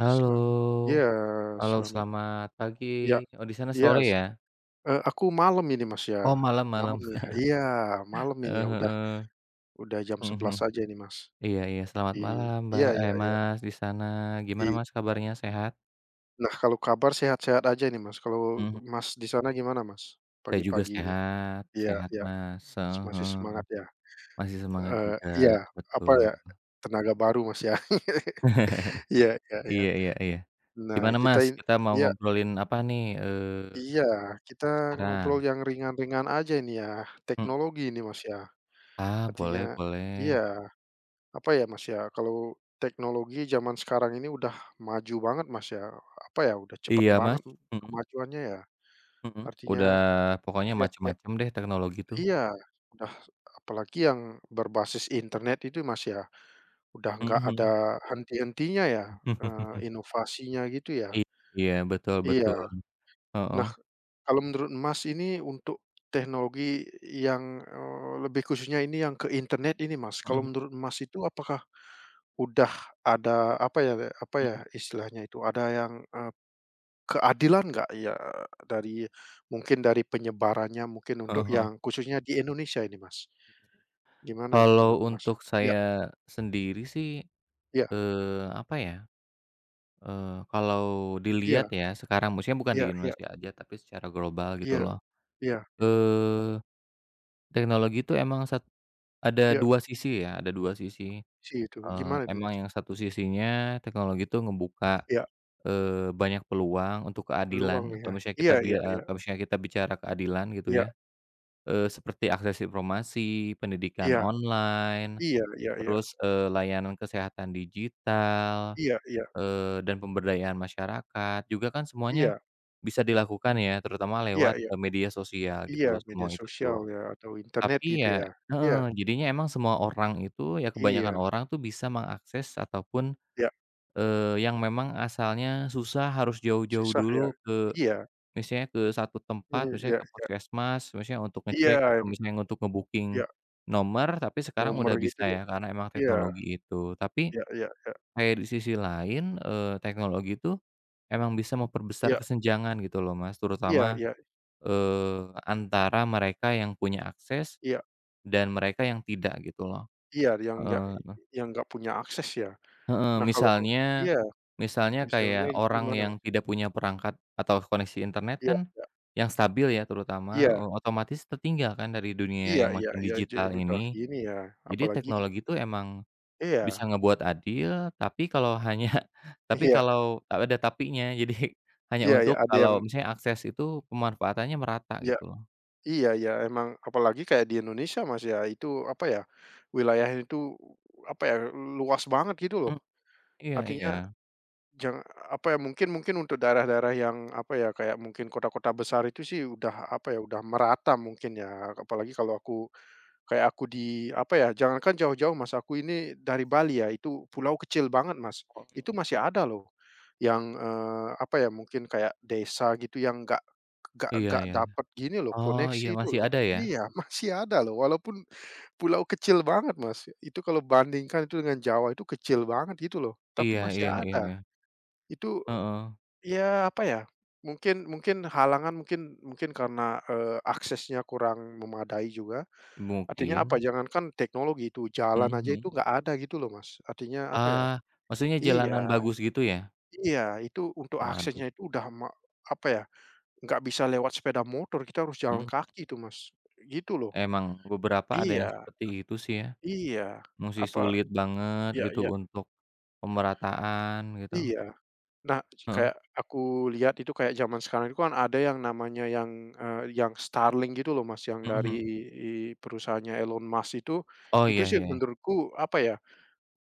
Selamat, ya, halo, selamat, selamat pagi. ya, Oh, di sana iya, sore s ya? Aku malam ini, Mas, ya. Oh, malam malam, Malam ya, iya malam ini heeh ya, udah heeh, udah jam mhm mhm. sebelas aja ini, Mas. Iya iya, selamat Tapi malam Mbak, iya iya eh iya, Mas di sana. Gimana i Mas, kabarnya sehat? nah, kalau kabar sehat-sehat aja ini, Mas. Kalau Mhm. Mas di sana gimana, Mas, Saya juga pagi-pagi ini? sehat, Iya sehat iya, Mas, masih heeh. semangat ya? Masih semangat juga, Iya, apa betul. ya, tenaga baru, Mas, ya. Iya iya iya. Iya iya iya. Nah, Gimana Mas, kita in kita mau iya ngobrolin apa nih, iya, kita sekarang? ngobrol yang ringan-ringan aja ini ya, Mhm. teknologi ini, Mas, ya. Ah, Artinya boleh iya, boleh. apa ya, Mas, ya, kalau teknologi zaman sekarang ini udah maju banget, Mas, ya, apa ya, udah cepet Iya banget Mas, mhm kemajuannya ya. mhm. Artinya Udah pokoknya ya ya macem-macem deh teknologi tuh. iya, udah apalagi yang berbasis internet itu, Mas, ya, udah nggak ada Mhm henti-hentinya ya, inovasinya gitu ya. I iya, betul betul, Iya. heeh, Nah, kalau menurut Mas ini untuk teknologi yang, lebih khususnya ini yang ke internet ini Mas, kalau mhm menurut Mas itu apakah udah ada apa ya mhm, istilahnya itu, ada yang, keadilan nggak ya dari mungkin dari penyebarannya mungkin untuk heeh. yang khususnya di Indonesia ini Mas? Gimana itu Kalau menurut Mas? untuk Ya saya sendiri sih, ya apa ya, eee, kalau dilihat ya ya sekarang, maksudnya bukan di ya ya Indonesia aja tapi secara global gitu ya loh, ya eee, teknologi itu emang ada iya, 2 sisi ya, ada 2 sisi, sih itu, eee, gimana itu emang Mas? yang satu sisinya teknologi itu ngebuka, Ya banyak peluang untuk keadilan, peluang kalau ya. misalnya Iya iya iya kalau misalnya kita bicara keadilan gitu iya ya. Seperti akses informasi, pendidikan iya online, iya iya iya. terus, layanan kesehatan digital, Iya iya dan pemberdayaan masyarakat juga kan semuanya iya bisa dilakukan ya, terutama iya lewat, iya media sosial gitu iya, loh semua media itu sosial tuh. ya atau internet Tapi gitu ya ya? Iya heeh, jadinya emang semua orang itu ya kebanyakan iya orang tuh bisa mengakses ataupun, iya, yang memang asalnya susah harus jauh-jauh susah ya. dulu. Iya, Misalnya ke satu tempat, mhm, misalnya iya ke iya puskesmas, misalnya untuk ngecek atau iya, mmm, misalnya untuk nge-booking iya, nomor, tapi sekarang nomor udah gitu bisa ya ya? karena emang Iya teknologi itu. Tapi iya iya kayak di sisi lain, teknologi itu emang bisa memperbesar iya kesenjangan gitu loh, Mas, iya terutama, iya iya antara mereka yang punya akses iya dan mereka yang tidak gitu loh. iya, Heeh. yang nggak punya akses ya? Heeh, Nah kalau misalnya iya, misalnya misalnya kayak itu orang gimana yang Mas? tidak punya perangkat atau koneksi internet Iya kan iya yang stabil ya, terutama, iya otomatis tertinggal kan dari dunia iya yang iya makin iya, jadi digital udah ini. ini ya, Jadi apalagi teknologi itu emang bisa iya ngebuat adil, tapi kalau tapi iya kalau ada tapinya. Jadi hanya iya iya, untuk ada yang kalau misalnya akses itu pemanfaatannya merata iya. gitu loh. Iya ya emang apalagi kayak di Indonesia, Mas, ya, itu apa ya, wilayahnya itu apa ya, luas banget gitu loh. Mmm, iya Artinya iya. jang apa ya, mungkin mungkin untuk daerah-daerah yang apa ya, kayak mungkin kota-kota besar itu sih udah apa ya, udah merata mungkin ya, apalagi kalau aku kayak aku di apa ya, jangankan jauh-jauh, Mas, aku ini dari Bali ya, itu pulau kecil banget, Mas, itu masih ada loh yang, apa ya, mungkin kayak desa gitu yang nggak Nggak Iya nggak iya. dapet gini loh, Oh, iya koneksi itu masih loh. ada ya? Iya, masih ada loh, walaupun pulau kecil banget, Mas. Itu kalau bandingkan itu dengan Jawa itu kecil banget gitu loh, tapi Iya masih iya iya ada. iya. Itu, Heeh, ya apa ya, mungkin mungkin halangan mungkin mungkin karena, aksesnya kurang memadai juga. Artinya apa, mungkin. jangankan teknologi itu, Mhm jalan aja itu mhm. nggak ada gitu loh, Mas. Artinya apa ya Ah, maksudnya iya jalanan bagus gitu ya? iya, itu untuk Waduh, aksesnya itu udah ma apa ya, nggak bisa lewat sepeda motor, kita harus jalan mhm, kaki itu, Mas, gitu loh. emang beberapa ada yang Iya seperti itu sih ya, iya, musti apa sulit banget iya gitu iya untuk pemerataan gitu, iya. Nah, heeh, kayak aku lihat itu kayak zaman sekarang itu kan ada yang namanya yang, yang Starlink gitu loh, Mas, yang mhm mhm. dari i perusahaannya Elon Musk Oh itu iya sih iya, menurutku apa ya,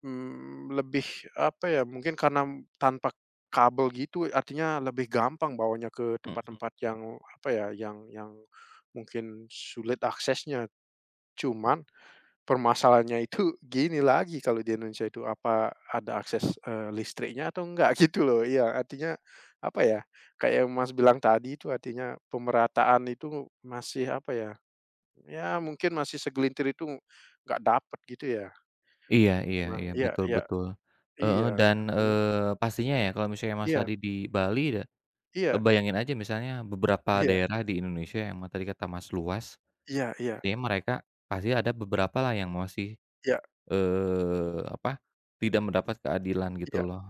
mmm, lebih apa ya, mungkin karena tanpa kabel gitu artinya lebih gampang bawanya ke mhm, tempat-tempat yang apa ya, yang mungkin sulit aksesnya. Cuman Permasalahannya itu gini lagi kalau di Indonesia itu, apa ada akses, listriknya atau enggak gitu loh. Iya, artinya apa ya, kayak yang Mas bilang tadi itu artinya pemerataan itu masih apa ya, ya mungkin masih segelintir itu nggak dapet gitu ya. iya iya Emang iya, iya betul iya betul, heeh, iya, dan, artinya pastinya ya kalau misalnya Mas iya tadi di Bali da iya bayangin aja misalnya beberapa iya daerah di Indonesia yang tadi kata Mas luas, iya iya artinya mereka pasti ada beberapa lah yang masih, iya apa, tidak mendapat keadilan gitu iya loh.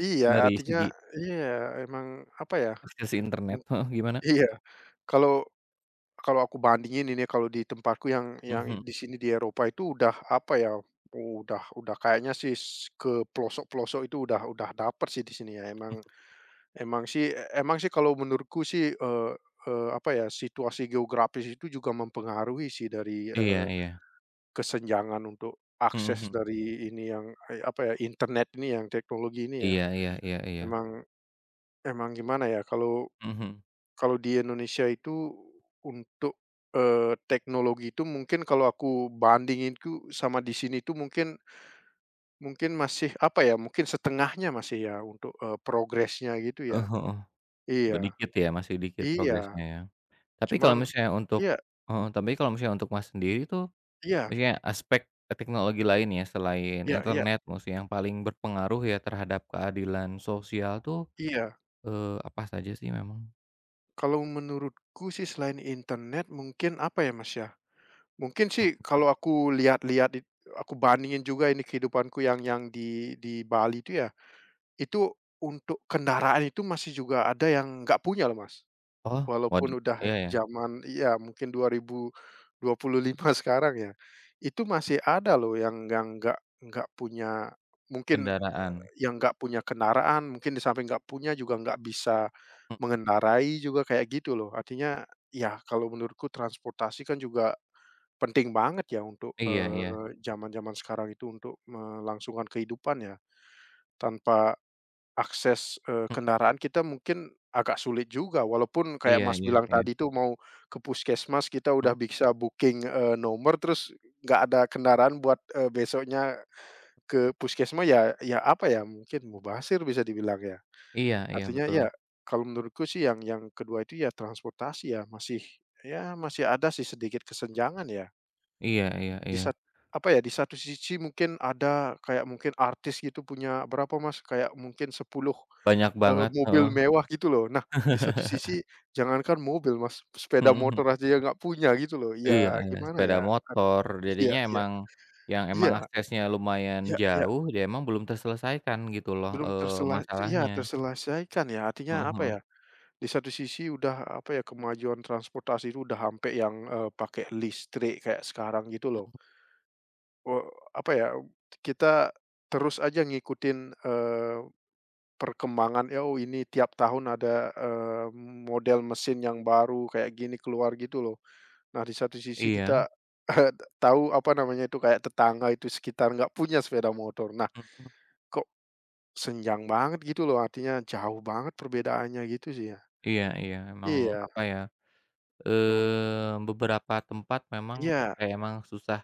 iya, Dari artinya segi iya emang apa ya, akses internet, mung heeh, gimana? iya, kalau Kalau aku bandingin ini ya, kalau di tempatku yang Mhm, di sini di Eropa itu udah apa ya, udah kayaknya sih ke pelosok-pelosok itu udah dapet sih di sini ya. Emang mhm. Emang sih kalau menurutku sih, eee eee, apa ya, situasi geografis itu juga mempengaruhi sih dari, Iya iya, kesenjangan untuk mhm akses mhm. dari ini yang, apa ya, internet ini yang teknologi ini ya. Iya iya iya iya, Emang emang gimana ya, kalau mhm, Kalau di Indonesia itu untuk, eee, teknologi itu mungkin kalau aku bandingin sama di sini itu mungkin mungkin masih apa ya, mungkin setengahnya masih ya untuk, progresnya gitu heeh ya. heeh, Iya dikit ya, masih dikit iya, progresnya ya. Tapi kalau cuman misalnya untuk iya heeh, tapi kalau misalnya untuk Mas sendiri tuh, iya misalnya aspek teknologi lain ya, selain iya iya internet maksudnya yang paling berpengaruh ya terhadap keadilan sosial tuh, iya. Apa saja sih memang? Kalau menurutku sih selain internet mungkin apa ya, Mas, ya, mungkin Mhm. sih kalau aku lihat-lihat it aku bandingin juga ini kehidupanku yang di Bali itu ya Itu untuk kendaraan itu masih juga ada yang nggak punya loh, Mas. Oh, waduh, Walaupun udah iya ya, zaman iya mungkin dua 2025 sekarang ya, itu masih ada loh yang nggak punya mungkin, kendaraan, yang nggak punya kendaraan, mungkin di samping nggak punya juga nggak bisa mhm, mengendarai juga kayak gitu loh. Artinya ya kalau menurutku transportasi kan juga penting banget ya untuk, iya iya, zaman-zaman sekarang itu untuk melangsungkan kehidupan ya, tanpa Akses, mhm, kendaraan kita mungkin agak sulit juga walaupun kayak iya Mas iya bilang iya, tadi tuh mau ke puskesmas kita mhm, udah bisa booking, nomor terus nggak ada kendaraan buat, besoknya ke puskesmas ya ya apa ya, mungkin mubazir bisa dibilang ya. iya iya, Artinya betul. ya kalau menurutku sih yang kedua itu ya transportasi ya masih ada sih sedikit kesenjangan ya. Iya iya Di iya, sat apa ya, di satu sisi mungkin ada kayak mungkin artis gitu punya berapa Mas, kayak mungkin 10 banyak Eee, banget, heeh. mobil mewah gitu loh. Nah, di satu sisi jangankan mobil Mas, sepeda Mhm motor mhm. aja ya nggak punya gitu loh. Iya Ya iya, gimana sepeda ya, at motor, iya jadinya iya emang yang emang iya aksesnya lumayan iya iya, jauh, ya emang belum terselesaikan gitu loh, belum tersela iya masalahnya. terselesaikan ya, artinya Heeh apa heeh. ya, di satu sisi udah apa ya, kemajuan transportasi itu udah sampai yang, pakai listrik kayak sekarang gitu loh. Eee, apa ya, kita terus aja ngikutin, eee Perkembangan, ya, "Oh, ini tiap tahun ada, eee, model mesin yang baru kayak gini keluar," gitu loh. Nah, di satu sisi Iya, kita, tahu, apa namanya itu, kayak tetangga itu sekitar nggak punya sepeda motor. Nah, mhm, kok senjang banget gitu loh, artinya jauh banget perbedaannya gitu sih ya. iya iya, emang Iya, apa ya, heeh. Beberapa tempat memang Iya, kayak emang susah,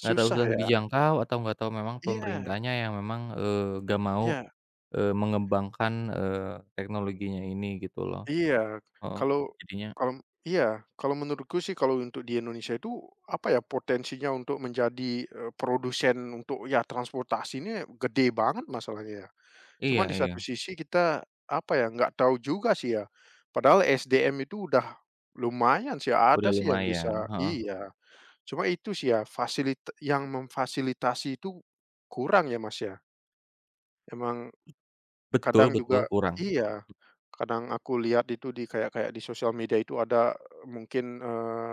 nggak tahu susah ya. dijangkau atau nggak tahu memang Iya pemerintahnya yang memang, nggak mau, iya. Mengembangkan, teknologinya ini gitu loh. Iya, Heeh, kalau jadinya kalau iya, kalau menurutku sih kalau untuk di Indonesia itu, apa ya, potensinya untuk menjadi, produsen untuk ya transportasi ini gede banget masalahnya ya. Iya Cuman di satu iya, sisi kita, apa ya, nggak tahu juga sih ya. Padahal SDM itu udah lumayan sih, udah ada sih yang bisa lumayan, heeh. iya, cuma itu sih ya, fasilita yang memfasilitasi itu kurang ya, Mas, ya. Emang Betul kadang betul, juga kurang. iya. Kadang aku lihat itu di kayak kayak di sosial media itu ada mungkin,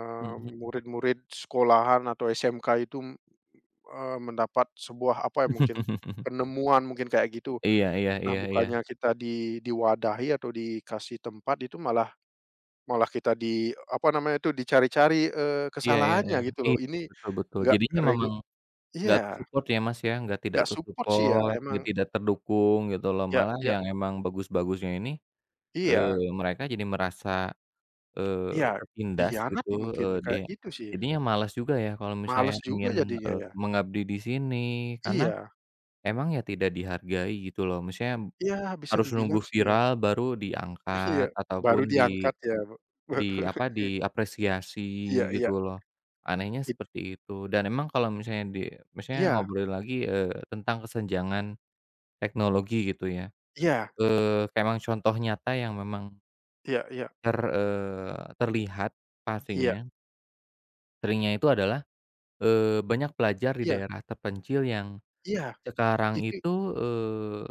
Mhm murid-murid sekolahan atau SMK itu, mendapat sebuah apa ya mungkin, mhm. penemuan mungkin kayak gitu. Iya iya Nah iya iya. bukannya kita di diwadahi atau dikasih tempat itu malah malah kita di apa namanya itu dicari-cari, Iya iya iya. kesalahannya gitu loh. Iya, Ini betul betul. nggak Jadinya regu memang nggak iya, ke-support ya, Mas, ya, nggak tidak nggak support sih ya ter-support, emang nggak tidak terdukung gitu loh. ya Malah ya yang emang bagus-bagusnya ini, iya eee, mereka jadi merasa, iya, tertindas gitu, dikhianati mungkin dia kayak gitu sih. jadinya malas juga ya kalau misalnya Males juga ingin, jadinya ya. mengabdi di sini, karena Iya. emang ya tidak dihargai gitu loh. Misalnya Iya, bisa harus nunggu dibilang sih ya. viral baru Iya, diangkat baru ataupun di diangkat ya, Be diapresiasi Iya iya, gitu loh. Anehnya it seperti itu, dan emang kalau misalnya misalnya iya ngobrolin lagi, tentang kesenjangan teknologi gitu ya, iya kayak emang contoh nyata yang memang iya terlihat iya pastinya, seringnya itu adalah, banyak pelajar di iya iya daerah terpencil yang iya, sekarang itu itu, eee,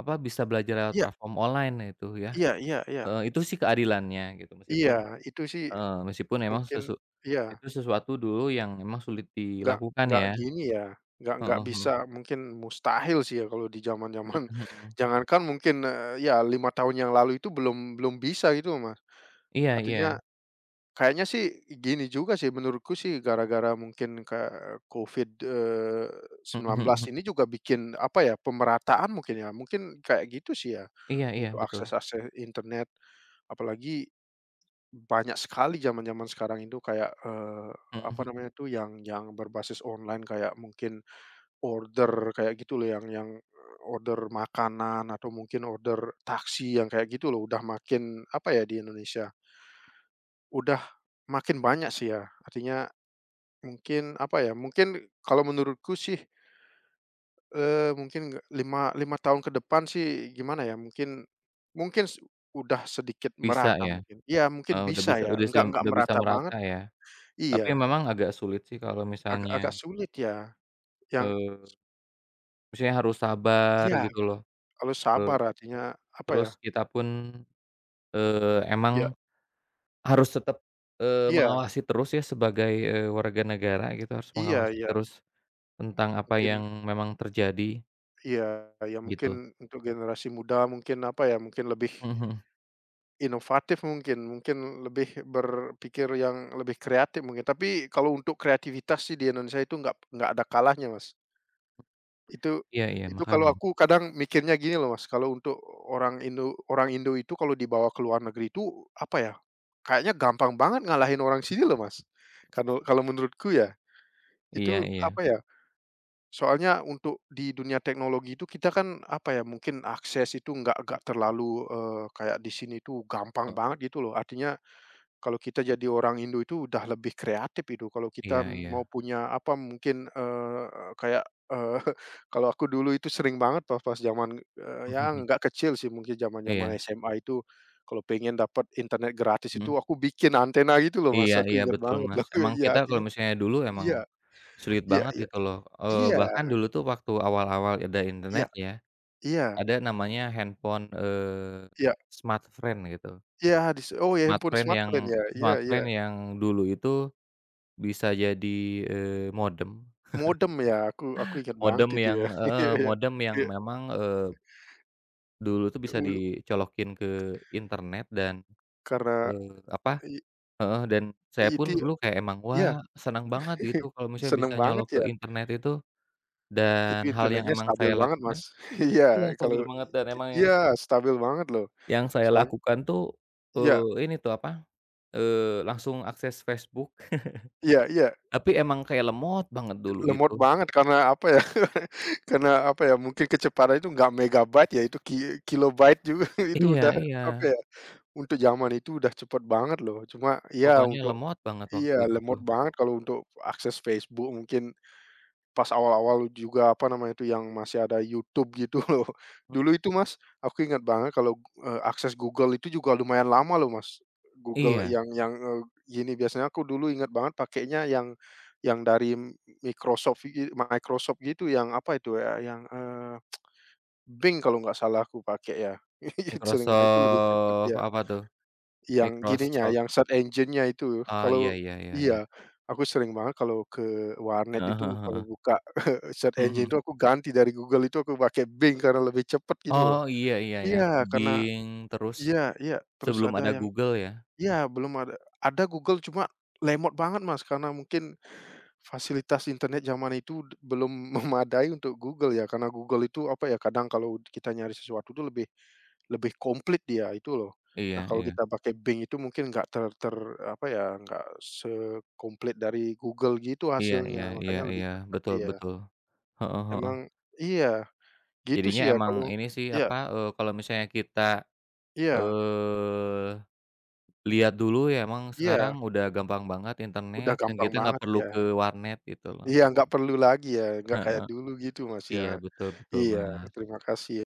apa, bisa belajar lewat iya platform online itu ya, iya iya iya heeh, itu sih keadilannya gitu, iya, meskipun. itu sih Heeh, meskipun emang mungkin iya, itu sesuatu dulu yang emang sulit nggak dilakukan nggak ya, gini ya, nggak heeh heeh, bisa mungkin mustahil sih ya kalau di zaman-zaman mhm mhm, jangankan mungkin, ya 5 tahun yang lalu itu belum belum bisa gitu Mas. iya iya, Artinya Kayaknya sih gini juga sih menurutku sih gara-gara mungkin ke Covid, eh, mhm sembilan mhm mhm, belas ini juga bikin apa ya, pemerataan mungkin ya, mungkin kayak gitu sih ya iya iya untuk betul, akses-akses internet. Apalagi banyak sekali zaman-zaman sekarang itu kayak, mhm apa mhm, namanya tuh yang berbasis online kayak mungkin order kayak gitu loh order makanan atau mungkin order taksi yang kayak gitu loh udah makin apa ya di Indonesia, udah makin banyak sih ya artinya Mungkin apa ya, mungkin kalau menurutku sih, mungkin nggak lima 5 tahun ke depan sih gimana ya, mungkin mungkin s udah sedikit bisa merata ya, mungkin. Iya mungkin heeh, bisa ya, nggak nggak udah bisa merata banget merata ya, tapi iya, memang agak sulit sih kalau agak misalnya, agak sulit ya, yang eee, maksudnya harus sabar iya gitu loh, harus eee, sabar artinya apa terus ya, kita pun, iya emang harus tetap, iya mengawasi terus ya sebagai, warga negara gitu harus iya mengawasi iya terus tentang apa mungkin yang memang terjadi iya iya mungkin gitu, untuk generasi muda mungkin apa ya, mungkin lebih mhm mhm. Inovatif mungkin mungkin lebih berpikir yang lebih kreatif mungkin, tapi kalau untuk kreativitas sih di Indonesia itu nggak ada kalahnya, Mas. Itu Iya iya, itu makanya. kalau aku kadang mikirnya gini loh, Mas, kalau untuk orang Indo itu kalau dibawa ke luar negeri itu, apa ya, kayaknya gampang banget ngalahin orang sini loh, Mas. Kalau kalau menurutku ya, Iya itu iya. apa ya, soalnya untuk di dunia teknologi itu kita kan, apa ya, mungkin akses itu nggak terlalu, kayak di sini tuh gampang Heeh. banget gitu loh, artinya kalau kita jadi orang Indo itu udah lebih kreatif itu, kalau kita Iya iya. mau punya apa mungkin, kayak, eee, kalau aku dulu itu sering banget pas pas zaman, ya nggak kecil sih mungkin zaman-zaman Iya. SMA itu, kalau pengen dapat internet gratis Mhm. itu aku bikin antena gitu loh Mas, Iya aku iya, ingat betul, banget Mas. loh, Emang iya kita kalau artinya misalnya dulu emang iya sulit iya banget iya gitu loh, iya bahkan dulu tuh waktu awal-awal ada iya internet ya, iya ada namanya handphone, iya Smartfren gitu. iya oh ya Smartfren yang smartphone ya, iya iya, Smartfren yang dulu itu bisa jadi, modem. modem ya aku ingat banget Modem itu yang ya, heeh, iya iya modem yang iya, memang, dulu tuh bisa dulu dicolokin ke internet dan, karena eee, apa i heeh, dan saya pun itu dulu kayak emang, wah, Iya, senang banget gitu kalau misalnya seneng bisa nyolok banget ke ya, internet itu, dan itu hal yang internetnya emang stabil saya banget, lakukan Mas. Iya, iya kalau stabil banget, dan emang yang iya, stabil banget loh, yang saya soalnya lakukan tuh, iya ini tuh apa, langsung akses Facebook. iya iya, Tapi emang kayak lemot banget dulu lemot itu. banget karena apa ya, karena apa ya, mungkin kecepatannya itu nggak megabyte ya, itu ki kilobyte juga, itu Iya udah iya, apa ya, untuk zaman itu udah cepet banget loh, cuma ya pokoknya untuk lemot banget waktu iya, itu lemot tuh. banget kalau untuk akses Facebook mungkin Pas awal-awal juga, apa namanya itu, yang masih ada YouTube gitu loh. Mhm, Dulu itu Mas, aku ingat banget kalau, akses Google itu juga lumayan lama loh Mas. Google iya, gini biasanya aku dulu ingat banget pakainya yang dari Microsoft gitu yang apa itu ya, yang, Bing kalau nggak salah aku pakai ya. Itu sering nah itu lebih cepet Microsoft ya. apa tuh? Yang gininya, Microsoft, yang search engine-nya itu iya kalau iya iya iya. iya, aku sering banget kalau ke warnet Heeh itu heeh kalau heeh. buka search Mhm engine mhm. itu aku ganti dari Google itu aku pakai Bing karena lebih cepet gitu Oh, loh. iya iya iya, ke Iya, karena Bing, terus. iya iya, terus Sebelum ada ada yang Google ya? iya belum ada ada Google cuma lemot banget Mas, karena mungkin Fasilitas internet zaman itu belum memadai untuk Google ya, karena Google itu apa ya, kadang kalau kita nyari sesuatu itu lebih lebih komplit dia itu loh. Iya Nah, kalau iya. kita pakai Bing itu mungkin nggak ter ter apa ya, nggak sekomplit dari Google gitu Iya iya hasilnya, iya makanya lebih iya, cepat betul dia. betul. Heeh heeh. Emang iya, gitu Jadinya sih ya emang kalau ini sih, iya apa, kalau misalnya kita, iya eee, lihat dulu ya, emang sekarang iya, udah gampang banget udah internet dan gampang kita nggak banget perlu ya. ke warnet gitu loh. Iya, nggak perlu lagi ya, nggak kayak Heeh. dulu gitu Mas ya. Iya, betul betul, Iya, Mas. terima kasih. Ya.